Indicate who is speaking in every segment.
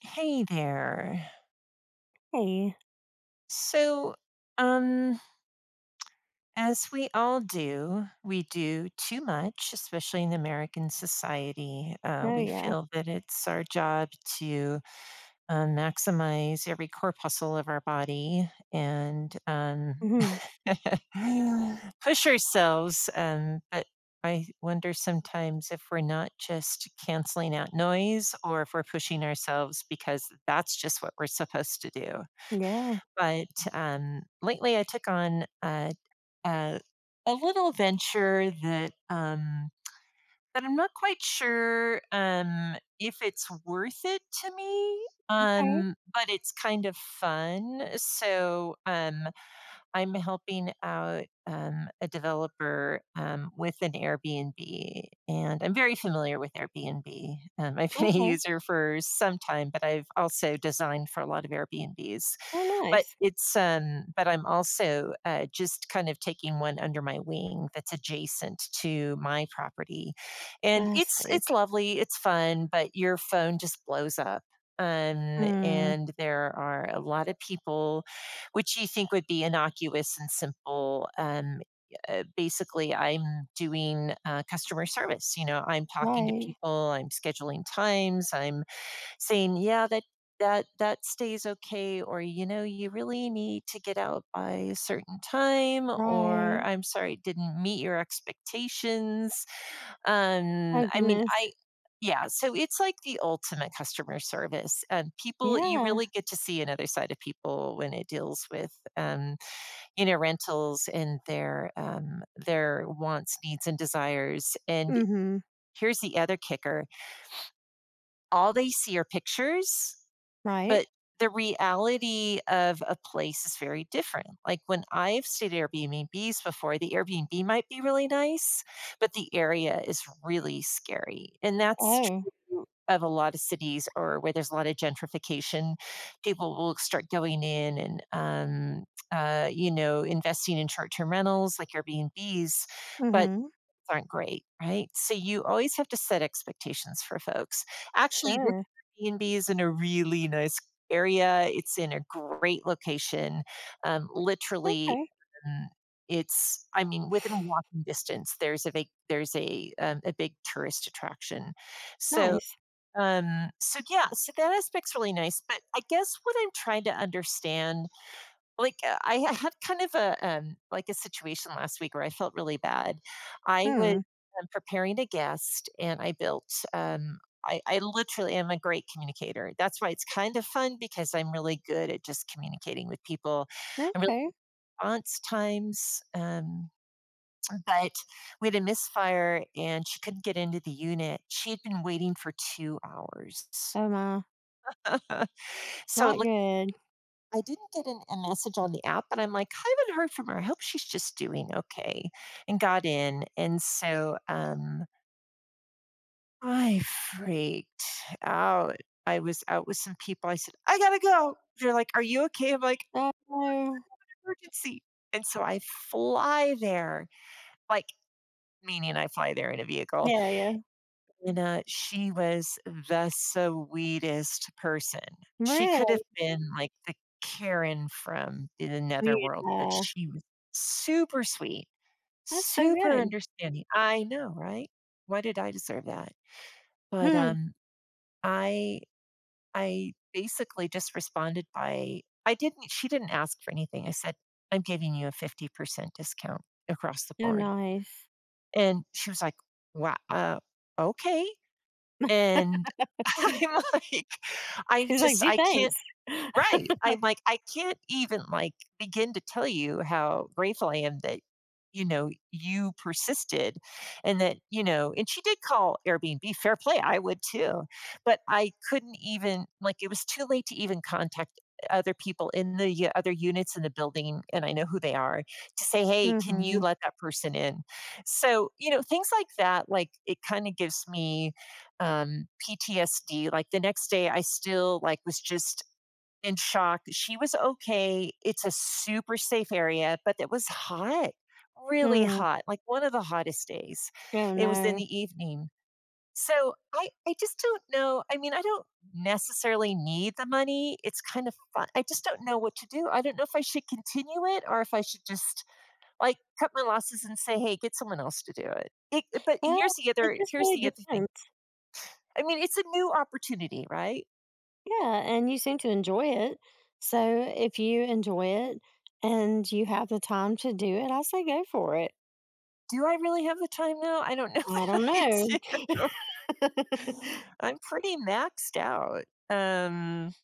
Speaker 1: Hey there.
Speaker 2: Hey.
Speaker 1: So, um, as we all do, we do too much, especially in American society.
Speaker 2: Oh
Speaker 1: We
Speaker 2: yeah.
Speaker 1: feel that it's our job to maximize every corpuscle of our body and
Speaker 2: Hmm.
Speaker 1: push ourselves. But I wonder sometimes if we're not just canceling out noise or if we're pushing ourselves because that's just what we're supposed to do.
Speaker 2: Yeah.
Speaker 1: But, Lately I took on a a little venture that, that I'm not quite sure, if it's worth it to me,
Speaker 2: Okay.
Speaker 1: but it's kind of fun. I'm helping out, a developer, with an Airbnb, and I'm very familiar with Airbnb. I've been a
Speaker 2: Okay.
Speaker 1: user for some time, but I've also designed for a lot of Airbnbs,
Speaker 2: Oh,
Speaker 1: but
Speaker 2: nice.
Speaker 1: it's um but I'm also just kind of taking one under my wing that's adjacent to my property, and
Speaker 2: I
Speaker 1: it's
Speaker 2: see.
Speaker 1: it's lovely, it's fun, but your phone just blows up.
Speaker 2: Hmm.
Speaker 1: And there are a lot of people which you think would be innocuous and simple. Basically I'm doing customer service. I'm talking to
Speaker 2: Right.
Speaker 1: people, I'm scheduling times, I'm saying, "Yeah, that stays okay," or, "You know, you really need to get out by a certain time," or,
Speaker 2: Right.
Speaker 1: "I'm sorry, it didn't meet your expectations."
Speaker 2: Oh
Speaker 1: I mean,
Speaker 2: goodness.
Speaker 1: I, yeah, so it's like the ultimate customer service. People, you
Speaker 2: Yeah.
Speaker 1: really get to see another side of people when it deals with, um, rentals and their wants, needs, and desires. And
Speaker 2: Mm-hmm.
Speaker 1: here's the other kicker: all they see are pictures,
Speaker 2: Right.
Speaker 1: but the reality of a place is very different. Like when I've stayed at Airbnbs before, the Airbnb might be really nice, but the area is really scary. And that's
Speaker 2: Oh.
Speaker 1: true of a lot of cities or where there's a lot of gentrification. People will start going in and, investing in short term rentals like Airbnbs. But
Speaker 2: Mm-hmm.
Speaker 1: aren't great, right? So you always have to set expectations for folks. Actually, this
Speaker 2: Sure.
Speaker 1: Airbnb is in a really nice area. It's in a great location. Literally,
Speaker 2: Okay.
Speaker 1: um, it's I mean, within walking distance, there's a a big tourist attraction. So
Speaker 2: Nice.
Speaker 1: so yeah, so that aspect's really nice. But I guess what I'm trying to understand, like I had kind of a like a situation last week where I felt really bad. I was
Speaker 2: Hmm.
Speaker 1: preparing a guest, and I built. I literally am a great communicator. That's why it's kind of fun because I'm really good at just communicating with people. I'm really
Speaker 2: Okay.
Speaker 1: response times, but we had a misfire and she couldn't get into the unit. She had been waiting for 2 hours.
Speaker 2: Oh my.
Speaker 1: So it,
Speaker 2: Not good.
Speaker 1: I didn't get a message on the app, but I'm like, I haven't heard from her. I hope she's just doing okay and got in. And so I freaked out. I was out with some people. I said, I got to go. They're like, Are you okay? I'm like,
Speaker 2: Oh no.
Speaker 1: Emergency. And so I fly there, like, meaning I fly there in a vehicle.
Speaker 2: Yeah. Yeah.
Speaker 1: And know, she was the sweetest person. She could
Speaker 2: Really.
Speaker 1: have been like the Karen from the netherworld, but
Speaker 2: Yeah.
Speaker 1: she was super sweet,
Speaker 2: That's so
Speaker 1: super
Speaker 2: good.
Speaker 1: understanding. I know, right? Why did I deserve that? But
Speaker 2: Hmm.
Speaker 1: um, I I basically just responded by, I didn't. She didn't ask for anything. I said, "I'm giving you a 50% discount across the
Speaker 2: Oh,
Speaker 1: board,"
Speaker 2: nice.
Speaker 1: and she was like, "Wow, okay." And I'm like, I
Speaker 2: She's like,
Speaker 1: just
Speaker 2: gee,
Speaker 1: I can't.
Speaker 2: thanks.
Speaker 1: Right. I'm like, I can't even like begin to tell you how grateful I am that, you persisted and that, and she did call Airbnb, fair play. I would too. But I couldn't even, like it was too late to even contact other people in the other units in the building, and I know who they are, to say, "Hey, can you
Speaker 2: Mm-hmm.
Speaker 1: let that person in?" So, things like that, like it kind of gives me PTSD. Like the next day I still like was just in shock. She was okay. It's a super safe area, but it was hot, really
Speaker 2: Mm.
Speaker 1: hot, like one of the hottest days.
Speaker 2: Oh
Speaker 1: It was in
Speaker 2: no.
Speaker 1: the evening. So I just don't know. I mean, I don't necessarily need the money. It's kind of fun. I just don't know what to do. I don't know if I should continue it or if I should just like cut my losses and say, hey, get someone else to do it. It but
Speaker 2: Well, it just
Speaker 1: here's
Speaker 2: really
Speaker 1: the other thing.
Speaker 2: depends.
Speaker 1: I mean, it's a new opportunity, right?
Speaker 2: Yeah, and you seem to enjoy it. So if you enjoy it and you have the time to do it, I say go for it.
Speaker 1: Do I really have the time now? I don't know
Speaker 2: I
Speaker 1: that
Speaker 2: don't
Speaker 1: I
Speaker 2: know.
Speaker 1: do. I'm pretty maxed out.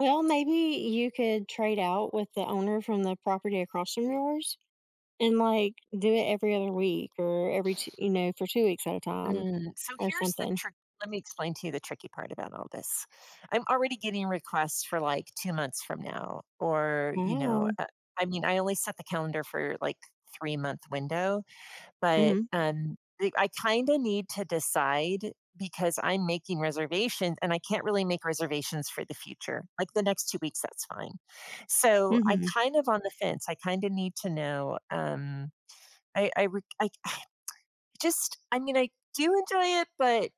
Speaker 2: Well, maybe you could trade out with the owner from the property across from yours and like do it every other week or every, for 2 weeks at a time
Speaker 1: Mm. So
Speaker 2: or
Speaker 1: here's the
Speaker 2: something.
Speaker 1: trick. Let me explain to you the tricky part about all this. I'm already getting requests for like 2 months from now, or,
Speaker 2: Wow.
Speaker 1: I mean, I only set the calendar for like 3 month window,
Speaker 2: Mm
Speaker 1: but
Speaker 2: hmm.
Speaker 1: um, I kind of need to decide because I'm making reservations and I can't really make reservations for the future. Like the next 2 weeks, that's fine. So
Speaker 2: Mm
Speaker 1: I'm
Speaker 2: hmm.
Speaker 1: kind of on the fence. I kind of need to know. I just I mean, I do enjoy it, but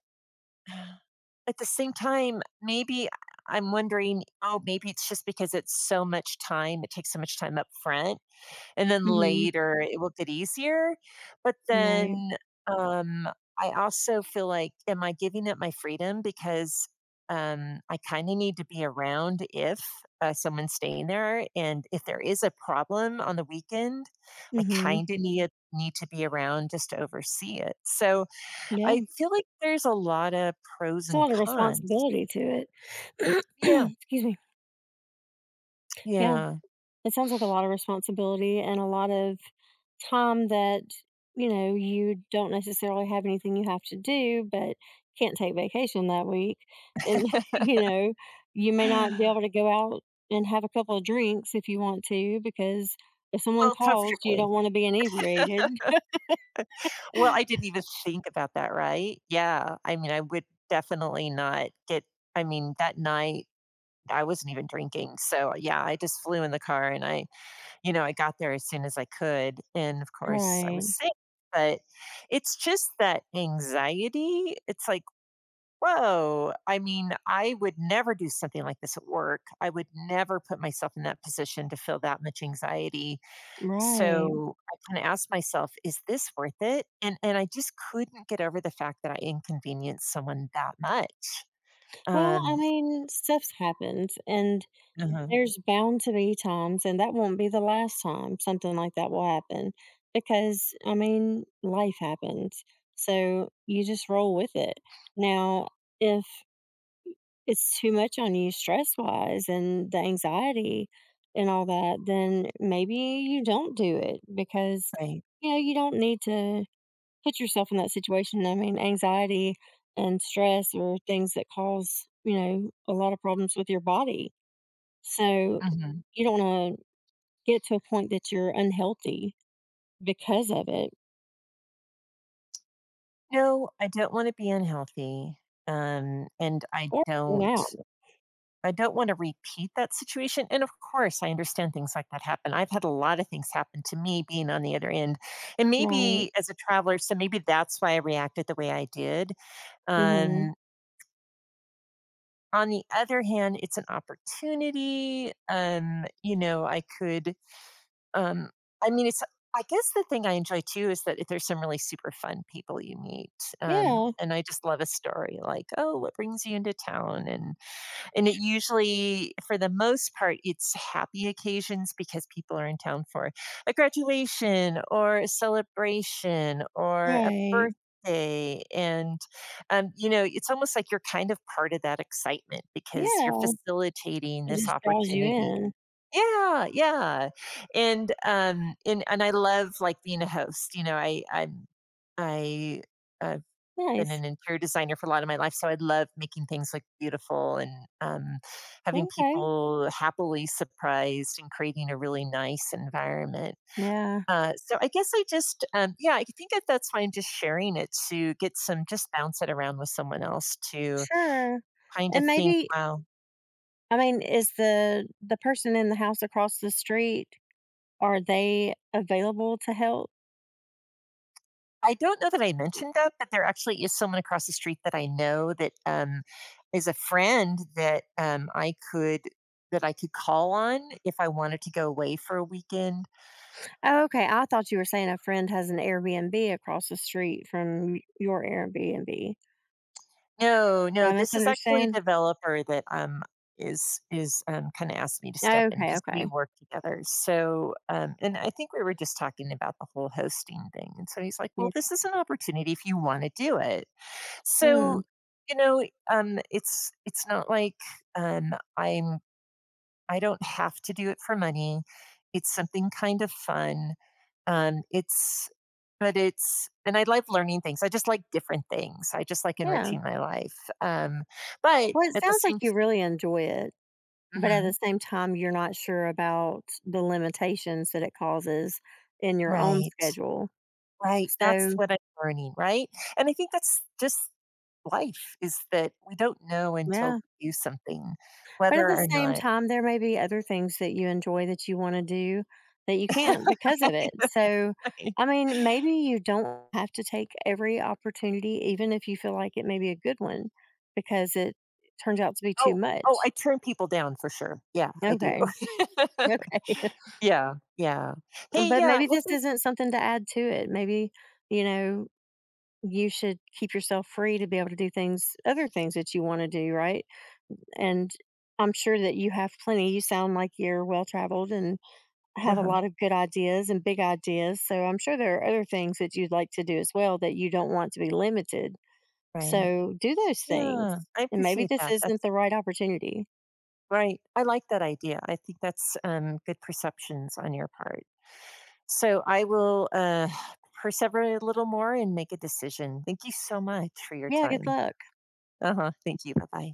Speaker 1: at the same time, maybe I'm wondering, "Oh, maybe it's just because it's so much time, it takes so much time up front. And then
Speaker 2: Mm
Speaker 1: later it will get easier. But
Speaker 2: hmm. Right.
Speaker 1: then, um, I also feel like, am I giving up my freedom because, I kind of need to be around if someone's staying there, and if there is a problem on the weekend, I
Speaker 2: Mm hmm.
Speaker 1: kind of need to be around just to oversee it. So
Speaker 2: Yeah.
Speaker 1: I feel like there's a lot of pros
Speaker 2: It's a
Speaker 1: and
Speaker 2: lot of
Speaker 1: cons.
Speaker 2: responsibility to it.
Speaker 1: Yeah,
Speaker 2: Excuse me. Yeah.
Speaker 1: yeah.
Speaker 2: It sounds like a lot of responsibility and a lot of time that, you know, you don't necessarily have anything you have to do, but can't take vacation that week. And, you know, you may not be able to go out and have a couple of drinks if you want to, because if someone
Speaker 1: Well,
Speaker 2: calls, you
Speaker 1: comfortably.
Speaker 2: don't want to be inebriated.
Speaker 1: Well, I didn't even think about that, right? Yeah, I mean, I would definitely not get, I mean, that night, I wasn't even drinking, so, yeah, I just flew in the car and I, I got there as soon as I could, and, of course, I
Speaker 2: Right,
Speaker 1: was sick, but it's just that anxiety, it's like, "Whoa," I mean, I would never do something like this at work, I would never put myself in that position to feel that much anxiety,
Speaker 2: right.
Speaker 1: so, I kinda asked myself, "Is this worth it?" And I just couldn't get over the fact that I inconvenienced someone that much.
Speaker 2: Well, I
Speaker 1: Um
Speaker 2: mean, stuff happens, and
Speaker 1: Uh-huh,
Speaker 2: there's bound to be times, and that won't be the last time something like that will happen because, I mean, life happens. So you just roll with it. Now, if it's too much on you stress wise and the anxiety and all that, then maybe you don't do it because,
Speaker 1: right.
Speaker 2: you know, you don't need to put yourself in that situation. I mean, anxiety and stress are things that cause, you know, a lot of problems with your body, so
Speaker 1: Mhm.
Speaker 2: you don't wanna get to a point that you're unhealthy because of it
Speaker 1: No, I don't wanna be unhealthy, and
Speaker 2: or burn out.
Speaker 1: I don't wanna repeat that situation, and of course, I understand things like that happen. I've had a lot of things happen to me being on the other end, and
Speaker 2: Right.
Speaker 1: maybe as a traveler, so maybe that's why I reacted the way I did,
Speaker 2: Mhm.
Speaker 1: um, on the other hand, it's an opportunity. You know, I could, um, I mean, it's, I guess the thing I enjoy too is that there's some really super fun people you meet.
Speaker 2: Yeah.
Speaker 1: And I just love a story like, oh, what brings you into town? And it usually, for the most part, it's happy occasions because people are in town for a graduation or a celebration or a
Speaker 2: Right.
Speaker 1: birthday. And, it's almost like you're kind of part of that excitement because you're
Speaker 2: Yeah.
Speaker 1: facilitating
Speaker 2: It
Speaker 1: this
Speaker 2: just draws you
Speaker 1: opportunity.
Speaker 2: in.
Speaker 1: Yeah, yeah. And I love like being a host. You know, I I'm I uh, been
Speaker 2: Nice.
Speaker 1: an interior designer for a lot of my life, so I love making things look beautiful and, having
Speaker 2: Okay.
Speaker 1: people happily surprised and creating a really nice environment.
Speaker 2: Yeah.
Speaker 1: So I guess I just, yeah, I think that that's why I'm just sharing it to get some, just bounce it around with someone else to
Speaker 2: Sure.
Speaker 1: kind of
Speaker 2: And
Speaker 1: think,
Speaker 2: maybe,
Speaker 1: "Wow."
Speaker 2: I mean, is the person in the house across the street, are they available to help?
Speaker 1: I don't know that I mentioned that, but there actually is someone across the street that I know that, is a friend that, I could, that I could call on if I wanted to go away for a weekend.
Speaker 2: Oh, okay. I thought you were saying a friend has an Airbnb across the street from your Airbnb.
Speaker 1: No,
Speaker 2: Did
Speaker 1: no,
Speaker 2: I
Speaker 1: this is actually a
Speaker 2: misunderstand?
Speaker 1: developer that, is, kinda asked me to step in
Speaker 2: Okay,
Speaker 1: because we
Speaker 2: okay.
Speaker 1: work together, so and I think we were just talking about the whole hosting thing, and so he's like, "Well,
Speaker 2: Yeah.
Speaker 1: this is an opportunity if you wanna do it."
Speaker 2: Mm,
Speaker 1: So, you know, it's not like, um, I'm I don't have to do it for money. It's something kind of fun. Um, it's, but it's, and I love learning things. I just like different things. I just like
Speaker 2: yeah.
Speaker 1: enriching my life. But
Speaker 2: Well, it
Speaker 1: at the
Speaker 2: sounds like
Speaker 1: same
Speaker 2: you really enjoy it, but at the
Speaker 1: time,
Speaker 2: same time, you're not sure about the limitations that it causes in your own
Speaker 1: right,
Speaker 2: schedule.
Speaker 1: right. That's
Speaker 2: So,
Speaker 1: what I'm learning, right? And I think that's just life, is that we don't know until
Speaker 2: yeah.
Speaker 1: we do something,
Speaker 2: But at
Speaker 1: whether
Speaker 2: the
Speaker 1: or
Speaker 2: same
Speaker 1: not.
Speaker 2: time, there may be other things that you enjoy that you want to do that you can't because of it. So,
Speaker 1: Right.
Speaker 2: I mean, maybe you don't have to take every opportunity, even if you feel like it may be a good one, because it turns out to be too
Speaker 1: Oh, oh, I
Speaker 2: much.
Speaker 1: turn people down for sure. Yeah, I do.
Speaker 2: Okay. Okay.
Speaker 1: Yeah, yeah. Hey,
Speaker 2: But
Speaker 1: yeah,
Speaker 2: maybe this
Speaker 1: also
Speaker 2: isn't something to add to it. Maybe, you know, you should keep yourself free to be able to do things, other things that you want to do, right? And I'm sure that you have plenty. You sound like you're well traveled and have a
Speaker 1: uh
Speaker 2: lot of good ideas and big ideas. So I'm sure there are other things that you'd like to do as well that you don't want to be limited.
Speaker 1: right.
Speaker 2: So do those things.
Speaker 1: Yeah, I
Speaker 2: And maybe
Speaker 1: appreciate
Speaker 2: this
Speaker 1: that,
Speaker 2: isn't
Speaker 1: that's
Speaker 2: the right opportunity.
Speaker 1: right, I like that idea, I think that's, good perceptions on your part. So I will persevere a little more and make a decision. Thank you so much for your
Speaker 2: Yeah, good
Speaker 1: time.
Speaker 2: luck.
Speaker 1: Uh-huh, thank you, bye-bye.